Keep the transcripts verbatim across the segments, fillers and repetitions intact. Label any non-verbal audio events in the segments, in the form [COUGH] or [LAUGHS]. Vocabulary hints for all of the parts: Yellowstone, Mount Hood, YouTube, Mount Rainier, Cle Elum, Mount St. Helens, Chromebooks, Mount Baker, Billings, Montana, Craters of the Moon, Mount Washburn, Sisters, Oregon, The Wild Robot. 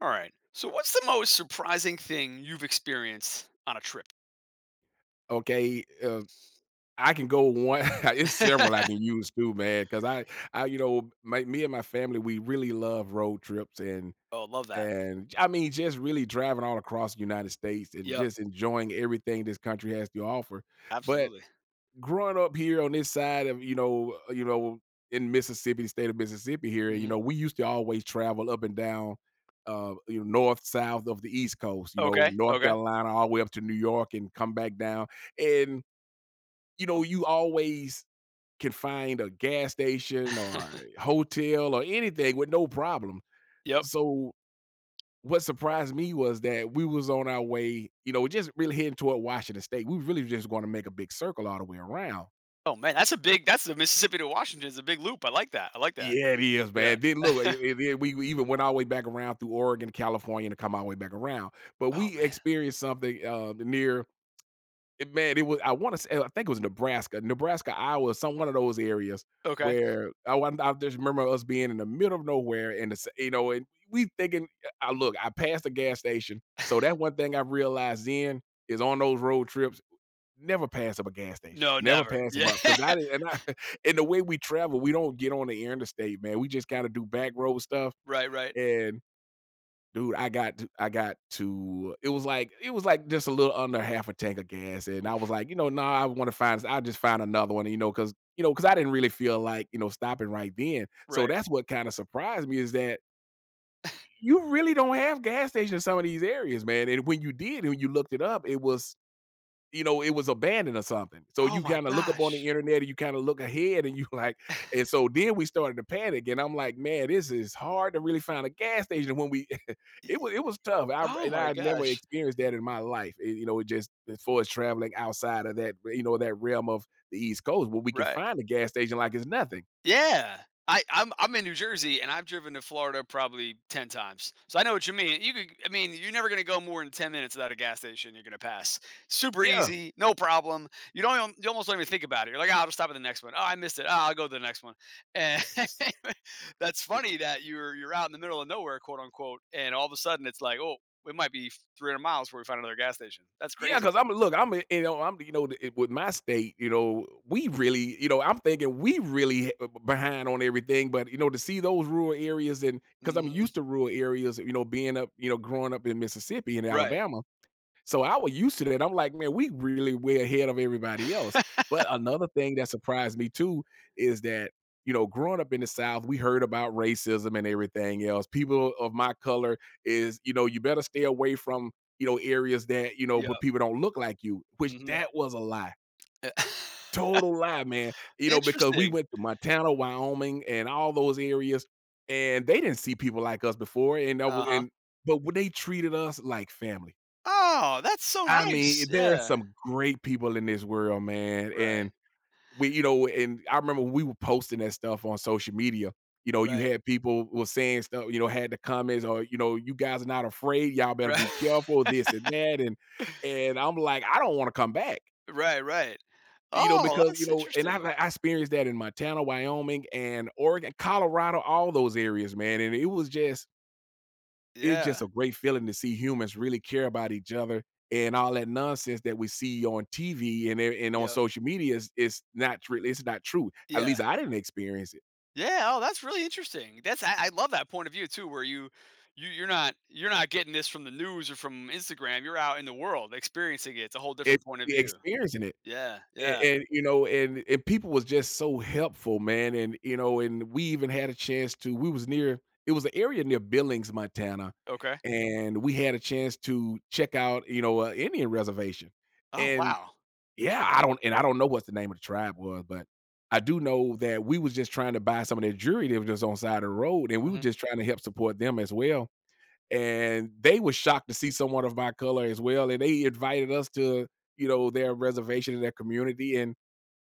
All right. So, what's the most surprising thing you've experienced on a trip? Okay, uh, I can go one [LAUGHS] it's several I can [LAUGHS] use too, man. Cause I I, you know, my me and my family, we really love road trips and Oh, love that. and I mean, just really driving all across the United States and Yep. just enjoying everything this country has to offer. But Absolutely. growing up here on this side of, you know, uh, you know, in Mississippi, the state of Mississippi here, you Hmm. know, we used to always travel up and down, uh, you know, north, south of the East Coast, you know, Okay. North Okay. Carolina all the way up to New York and come back down. And you know, Um, you always can find a gas station or [LAUGHS] a hotel or anything with no problem. yep. So what surprised me was that we was on our way, you know, just really heading toward Washington State. We really just going to make a big circle all the way around. Oh man, that's a big. That's the Mississippi to Washington is a big loop. I like that. I like that. Yeah, it is, Yeah. man. Then look, [LAUGHS] it- it- it- we we even went all the way back around through Oregon, California, to come all the way back around. But Oh we man. experienced something uh, near it, man, it was. I want to say. I think it was Nebraska, Nebraska, Iowa, some one of those areas Okay. where oh, I, want- I just remember us being in the middle of nowhere, and it's, you know, and we thinking, I look, I passed a gas station, so that one thing I realized then is on those road trips, never pass up a gas station, No, never never. pass them Yeah. up, because I didn't, and I, [LAUGHS] and the way we travel, we don't get on the interstate, man. We just kind of do back road stuff, [LAUGHS] Right. Right. and dude, I got to I got to it was like it was like just a little under half a tank of gas, and I was Oof. like, "You know, no, nah, I wanna find I'll just find another one," you know, cause, you know, cause I didn't really feel like, you know, stopping right then. So Right. that's what kinda surprised me is that you really don't have gas stations in some of these areas, man, and when you did, and when you looked it up, it was you know, it was abandoned or something. So Oh you my kinda look up on the gosh. internet and you kinda look ahead and you [LAUGHS] like and so then we started to panic and I'm like, "Man, this is hard to really find a gas station." When we [LAUGHS] it was it was tough. [LAUGHS] I Oh and my I had never gosh. experienced that in my life. It, you know, it just as far as traveling outside of that, you know, that realm of the East Coast where we can Right. find a gas station like it's nothing. Yeah. I, I'm I'm in New Jersey and I've driven to Florida probably ten times, so I know what you mean. You could, I mean, you're never gonna go more than ten minutes without a gas station. You're gonna pass, super Yeah. easy, no problem. You don't, even- you almost don't even think about it. You're like, oh, I'll just stop at the next one. Oh, I missed it. Oh, I'll go to the next one. And [LAUGHS] that's funny that you're you're out in the middle of nowhere, quote unquote, and all of a sudden it's like, oh, it might be three hundred miles before we find another gas station. That's Yeah, because crazy. I'm look, I'm a- you know, I'm you know, it- with my state, you know, we really, you know, I'm thinking we really h- behind on everything, but you know, to see those rural areas and because I'm Hmm. used to rural areas, you know, being up, you know, growing up in Mississippi and Right. Alabama, so I was used to that. I'm like, man, we really way ahead of everybody else. [LAUGHS] But another thing that surprised me too is that, you know, growing up in the South, we heard about racism and everything else. People of my color is, you know, you better stay away from, you know, areas that, you know, where Yeah. people don't look like you, which Hmm. that was a lie. Total lie, man. [LAUGHS] You know, because we Interesting. went to Montana, Wyoming, and all those areas, and they didn't see people like us before. And that Uh was huh. and but when they treated us like family Oh, that's so I nice. mean, there are Yeah. some great people in this world, man, and Right. we you know, and I remember we were posting that stuff on social media. You know, you Right. had people was saying stuff, you know, had the comments or, you know, "You guys are not afraid, y'all better Right. be [LAUGHS] careful," this and that, and and I'm like, "I don't wanna come back." Right, right. You know, Oh, because, you that's know, and I interesting. I experienced that in Montana, Wyoming, and Oregon, Colorado, all those areas, man, and it was just it's just Yeah. a great feeling to see humans really care about each other, and all that nonsense that we see on T V and e and on Yep. social media is is not really it's not true. At least Yeah. I didn't experience it. Yeah. Oh, that's really interesting. That's I, I love that point of view too, where you you you're not you're not getting this from the news or from Instagram. You're out in the world experiencing it. It's a whole It's different point of really view. experiencing it, Yeah. Yeah. and and, you know, and and people was just so helpful, man, and, you know, and we even had a chance to we was near it was an area near Billings, Montana, Okay. and we had a chance to check out, you know, a Indian reservation, Oh and wow. yeah, I don't and I don't know what the name of the tribe was, but I do know that we was just trying to buy some of their jewelry that was just on side of the road, and we were Hmm. just trying to help support them as well. And they were shocked to see someone of my color as well, and they invited us to, you know, their reservation in their community, and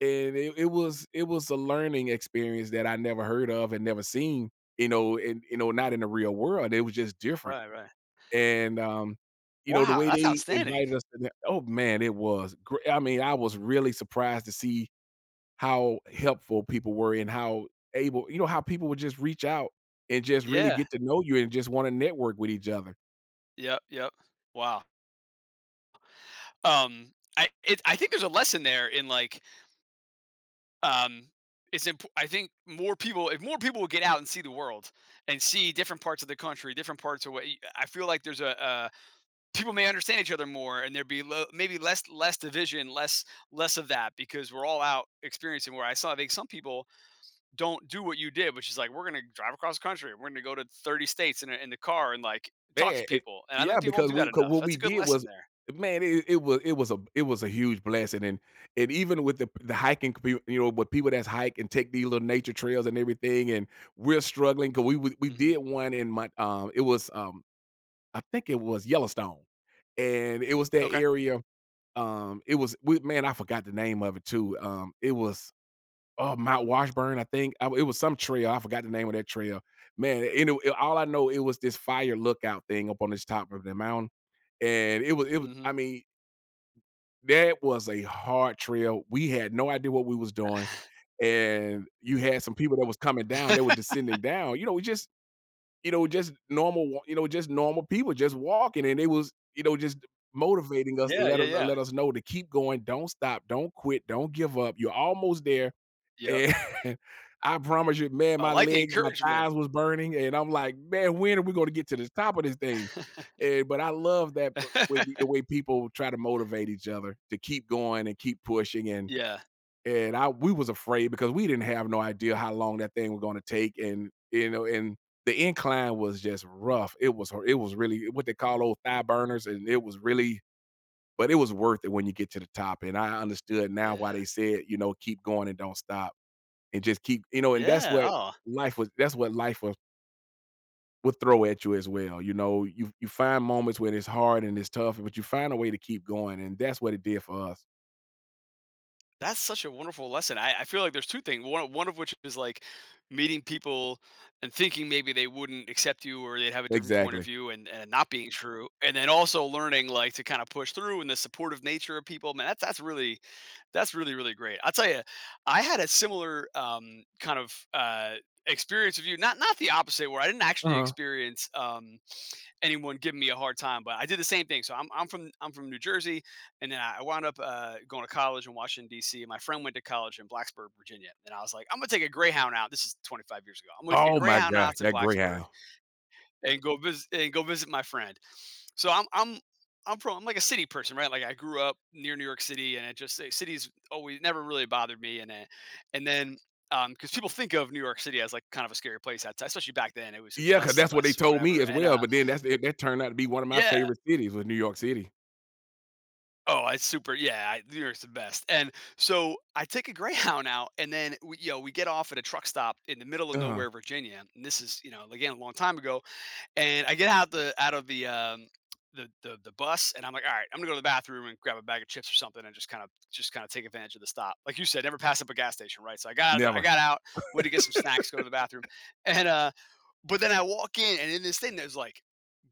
and it, it was it was a learning experience that I never heard of and never seen, you know, and you know, not in the real world. It was just different. Right. Right. And, um, you know, the Wow. way That's they outstanding. invited us to that oh, man, it was great. I mean, I was really surprised to see how helpful people were and how able you know, how people would just reach out and just really Yeah. get to know you and just wanna network with each other. Yep. Yep. Wow. Um. I it, I think there's a lesson there in like um, it's imp- I think more people, if more people would get out and see the world and see different parts of the country, different parts of what y- I feel like there's a, uh people may understand each other more and there'd be lo- maybe less, less division, less, less of that because we're all out experiencing where I saw, I think some people don't do what you did, which is like, we're going to drive across the country. We're going to go to thirty States in, a, in the car and like talk to Man, it people. And I yeah, think people don't because do that we 'cause enough. what That's we a good did lesson was there. man, it it was it was a it was a huge blessing, and and even with the the hiking commu you know, with people that's hike and take these little nature trails and everything, and we're struggling 'cause we we we did Hmm. one in my um, it was, um I think it was Yellowstone, and it was that Okay. area, um, it was we man, I forgot the name of it too, um, it was, oh, Mount Washburn, I think, I it was some trail, I forgot the name of that trail. Man, and it it- all I know, it was this fire lookout thing up on this top of the mountain, and it was it was Hmm. I mean, that was a hard trail, we had no idea what we was doing, [LAUGHS] and you had some people that was coming down, they were descending down, you know, we just you know, just normal, you know, just normal people just walking, and they was, you know, just motivating us to Yeah. let Yeah. them Yeah. let us know to keep going, don't stop, don't quit, don't give up. You're almost there, Yeah. and [LAUGHS] I promise you, man, I my like the legs, my encouragement. thighs was burning, and I'm like, man, when are we going to get to the top of this thing? [LAUGHS] And but I love that w- way, the [LAUGHS] way people try to motivate each other to keep going and keep pushing, and Yeah, and I we was afraid because we didn't have no idea how long that thing was going to take, and you know, and the incline was just rough. It was it was really what they call old thigh burners, and it was really, but it was worth it when you get to the top. And I understood now why yeah, they said, you know, keep going and don't stop, and just keep, you know, and that's yeah, what oh, life was. That's what life was would throw at you as well. You know, you you find moments when it's hard and it's tough, but you find a way to keep going, and that's what it did for us. that's such a wonderful lesson. I I feel like there's two things, one one of which is, like, meeting people and thinking maybe they wouldn't accept you or they'd have a different point of Exactly. view and and not being true, and then also learning, like, to kinda push through and the supportive nature of people, man, that's that's really That's really, really great. I'll tell you, I had a similar, um, kind of, uh, experience of you, not not the opposite, where I didn't Uh actually huh. experience, um anyone giving me a hard time, but I did the same thing. So I'm, I'm from I'm from New Jersey, and then I wound up uh, going to college in Washington D C. My friend went to college in Blacksburg, Virginia, and I was like, I'm gonna take a Greyhound out. This is twenty-five years ago. I'm gonna take a Oh my Greyhound gosh, out to that Blacksburg Greyhound. and go visit and go visit my friend. So I'm I'm I'm from I'm like a city person, right? Like I grew up near New York City, and it just eh, cities always never really bothered me, and then and then um because people think of New York City as like kind of a scary place outside, especially back then. It was it was Yeah, cause less that's what they less told me whatever, as and well, uh but then that's that turned out to be one of my yeah. favorite cities was New York City. Oh, I super yeah, I you're the best, and so I take a Greyhound out, and then we, you know, we get off at a truck stop in the middle of Uh nowhere, Virginia. And this is, you know, again, a long time ago. And I get out the out of the um, the, the the bus, and I'm like, all right, I'm gonna go to the bathroom and grab a bag of chips or something, and just kind of just kind of take advantage of the stop. Like you said, never pass up a gas station, right? So I got I never. got out, went to get some snacks, go to the bathroom, and uh, but then I walk in, and in this thing, there's like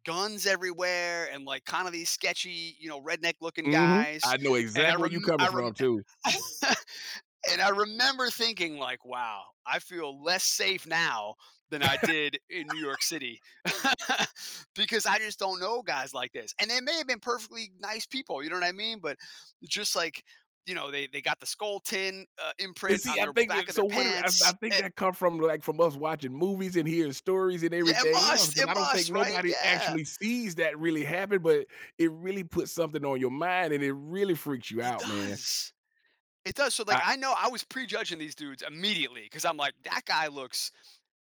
guns everywhere, and like kind of these sketchy, you know, redneck looking Mhm. I guys. know And I exactly where you rem coming I rem from too. [LAUGHS] And I remember thinking like, "Wow, I feel less safe now than I did in New York City," [LAUGHS] because I just don't know guys like this. And they may have been perfectly nice people, you know what I mean? But just like, you know, they they got the skull tin, uh, And imprint see, on I their think back that of so their what do I pants. I think Eh that come from, like, from us watching movies and hearing stories and Yeah, it everything else, must, because it I don't think must, right? nobody Yeah. actually sees that really happen, but it really puts something on your mind, and it really freaks you It out, man. does. It does. So like I I know I was prejudging these dudes immediately because I'm like, that guy looks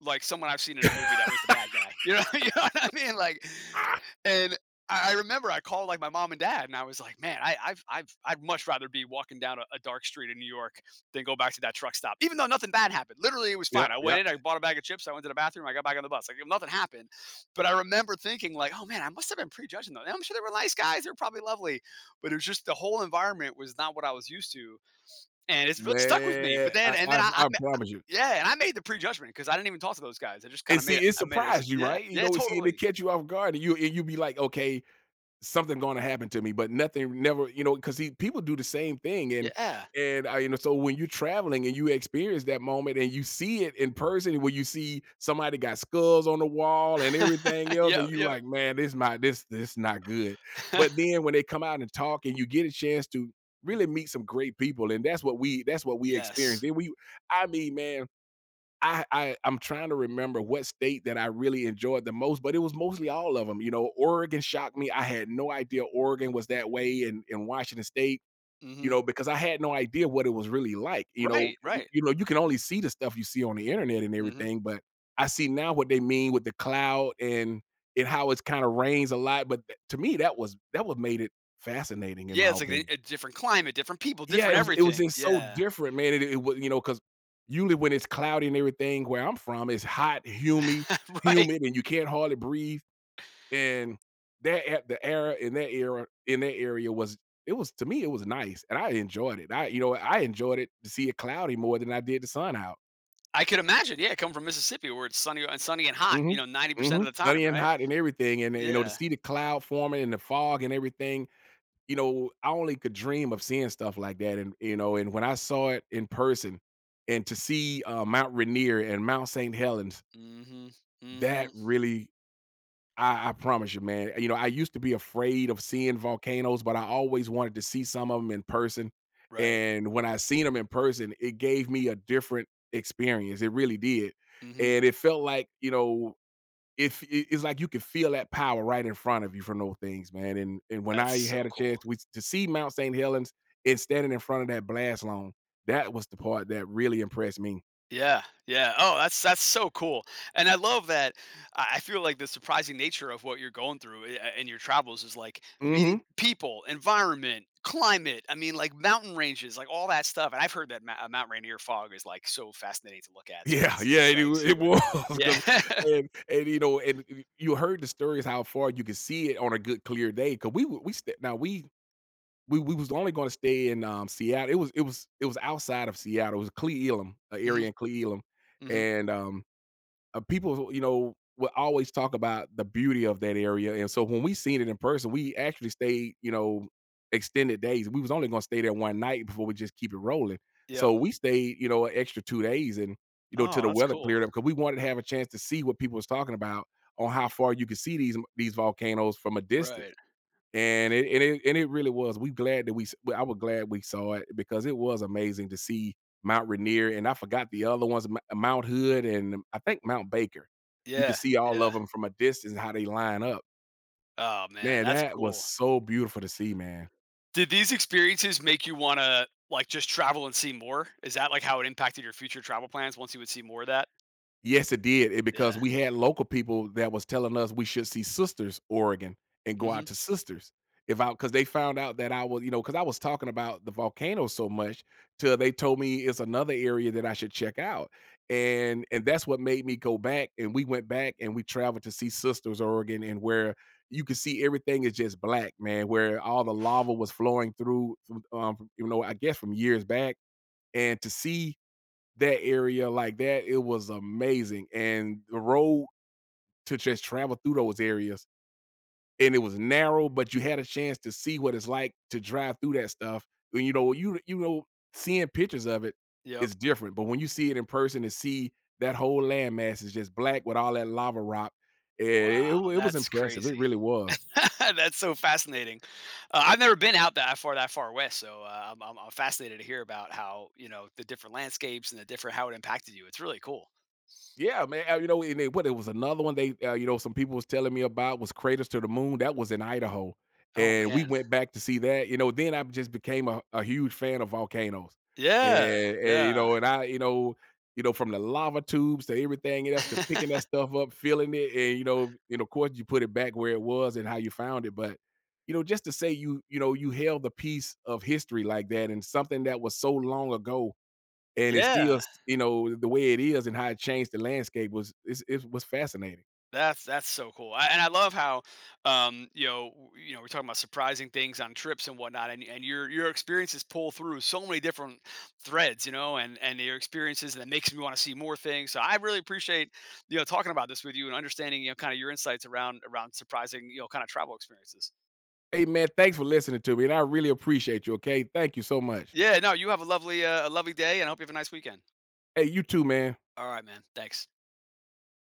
like someone I've seen in a movie that was the bad guy. You know, [LAUGHS] you know what I mean? Like I and I I remember I called like my mom and dad, and I was like, "Man, I, I've, I've, I'd much rather be walking down a, a dark street in New York than go back to that truck stop." Even though nothing bad happened, literally it was yeah, yep, fine. I yep. went in, I bought a bag of chips, I went to the bathroom, I got back on the bus. Like nothing happened, but I remember thinking like, "Oh man, I must have been prejudging them." I'm sure they were nice guys, they were probably lovely, but it was just the whole environment was not what I was used to, and it's really stuck with me. Man, But then, I and then I I, I I promise you. yeah, and I made the prejudgment because I didn't even talk to those guys. I just kind And of made it. see, it I made us, surprised you, yeah, right? You yeah, know, see, and it totally, catch you off guard, and you and you be like, okay, something going to happen to me, but nothing, never, you know, because people do the same thing, and yeah, and I, you know, so when you're traveling and you experience that moment and you see it in person, where you see somebody got skulls on the wall and everything [LAUGHS] else, yeah, and you yeah, like, man, this my this this not good. But [LAUGHS] then when they come out and talk, and you get a chance to really meet some great people, and that's what we that's what we experienced. yes, Then we, I mean, man, I, I I'm trying to remember what state that I really enjoyed the most, but it was mostly all of them. You know, Oregon shocked me. I had no idea Oregon was that way in, in Washington State, you hmm, know, because I had no idea what it was really like. You know, right, you, right, you know, you can only see the stuff you see on the internet and hmm, everything, but I see now what they mean with the cloud and and how it's kind of rains a lot. But th- to me, that was that was made it fascinating in yeah. my It's like opinion. a, a different climate, different people, Yeah, it different was it was everything. just so Yeah, different, man, it it was you know because usually when it's cloudy and everything where I'm from, it's hot, humid, [LAUGHS] right. humid, and you can't hardly breathe, and that at the era in that era in that area was it was to me, it was nice, and I enjoyed it. I you know, I enjoyed it to see it cloudy more than I did the sun out. I could imagine. Yeah, come from Mississippi where it's sunny and sunny and hot. You Mhm. know, ninety percent of Mhm. the Sunny time, and right? hot and everything, and, you know, to Yeah. see the cloud forming and the fog and everything, you know, I only could dream of seeing stuff like that, and, you know, and when I saw it in person and to see, uh, Mount Rainier and Mount Saint Helens, Hmm. that Hmm. really I I promise you, man, you know, I used to be afraid of seeing volcanoes, but I always wanted to see some of them in person, Right. and when I seen them in person, it gave me a different experience, it really did, Hmm. and it felt like, you know, if it it's like you could feel that power right in front of you from those things, man, and and when That's I had so a cool. chance we to see Mount Saint Helens and standing in front of that blast zone, that was the part that really impressed me. Yeah, yeah. Oh, that's that's so cool, and I love that. I I feel like the surprising nature of what you're going through i- in your travels is like Mhm. meeting [LAUGHS] people, environment, climate. I mean, like mountain ranges, like all that stuff. And I've heard that ma- uh, Mount Rainier fog is like so fascinating to look at too. Yeah, It's yeah, it's it like w it super. was [LAUGHS] Yeah. 'cause [LAUGHS] and and, you know, and y you heard the stories how far you could see it on a good clear day. Because we were we st now we we we was only gonna stay in, um, Seattle. It was it was it was outside of Seattle. It was Cle Elum, an Hmm. area in Cle Elum, Hmm. and, um uh, people, you know, would always talk about the beauty of that area. And so when we seen it in person, we actually stayed, you know, extended days. We was only going to stay there one night before we just keep it rolling. So Yep. we stayed, you know, an extra two days and, you know, till Oh, the that's weather cool. cleared up because we wanted to have a chance to see what people was talking about on how far you could see these these volcanoes from a distance Right. and it, and it and it really was. We glad that we s- well, I was glad we saw it because it was amazing to see Mount Rainier and I forgot the other ones, M- Mount Hood and I think Mount Baker. You could Yeah. see all of Yeah. them from a distance how they line up. Oh man, Man, that's that was cool. so beautiful to see, man. Did these experiences make you wanna, like, just travel and see more? Is that, like, how it impacted your future travel plans once you would see more of that? Yes, it did, it because Yeah. we had local people that was telling us we should see Sisters, Oregon, and go out Mhm. to Sisters. If I Because they found out that I was you know because I was talking about the volcano so much till they told me it's another area that I should check out, and and that's what made me go back, and we went back and we traveled to see Sisters, Oregon, and where you could see everything is just black, man, where all the lava was flowing through, um, you know, I guess from years back, and to see that area like that, it was amazing. And the road to just travel through those areas, and it was narrow, but you had a chance to see what it's like to drive through that stuff. And you know, you you know, seeing pictures of it Yep. is different, but when you see it in person and see that whole landmass is just black with all that lava rock, eh, it, wa- Wow, it was that's impressive. It crazy. really was. [LAUGHS] That's so fascinating. Uh, I've never been out that far that far west, so, uh, I'm I'm I'm fascinated to hear about how, you know, the different landscapes and the different how it impacted you. It's really cool. Yeah, man, uh, you know, and it what it was another one they, uh, you know, some people was telling me about was Craters to the Moon, that was in Idaho, Oh, and we man. went back to see that, you know, then I just became a a huge fan of volcanoes, Yeah, and and, you yeah. know, and I you know you know, from the lava tubes to everything else to picking that [LAUGHS] stuff up, feeling it, and, you know and, of course, you put it back where it was and how you found it, but, you know, just to say you you know, you held a piece of history like that and something that was so long ago and it's still, Yeah. you know, the way it is and how it changed the landscape was it's it was fascinating. That's that's so cool, I and I love how, um, you know, w- you know, we're talking about surprising things on trips and whatnot, and and your your experiences pull through so many different threads, you know, and and your experiences, and it makes me want to see more things. So I really appreciate you know talking about this with you and understanding you know kind of your insights around around surprising you know kind of travel experiences. Hey, man, thanks for listening to me, and I really appreciate you, okay? Thank you so much. Yeah, no, you have a lovely uh, a lovely day, and I hope you have a nice weekend. Hey, you too, man. All right, man. Thanks.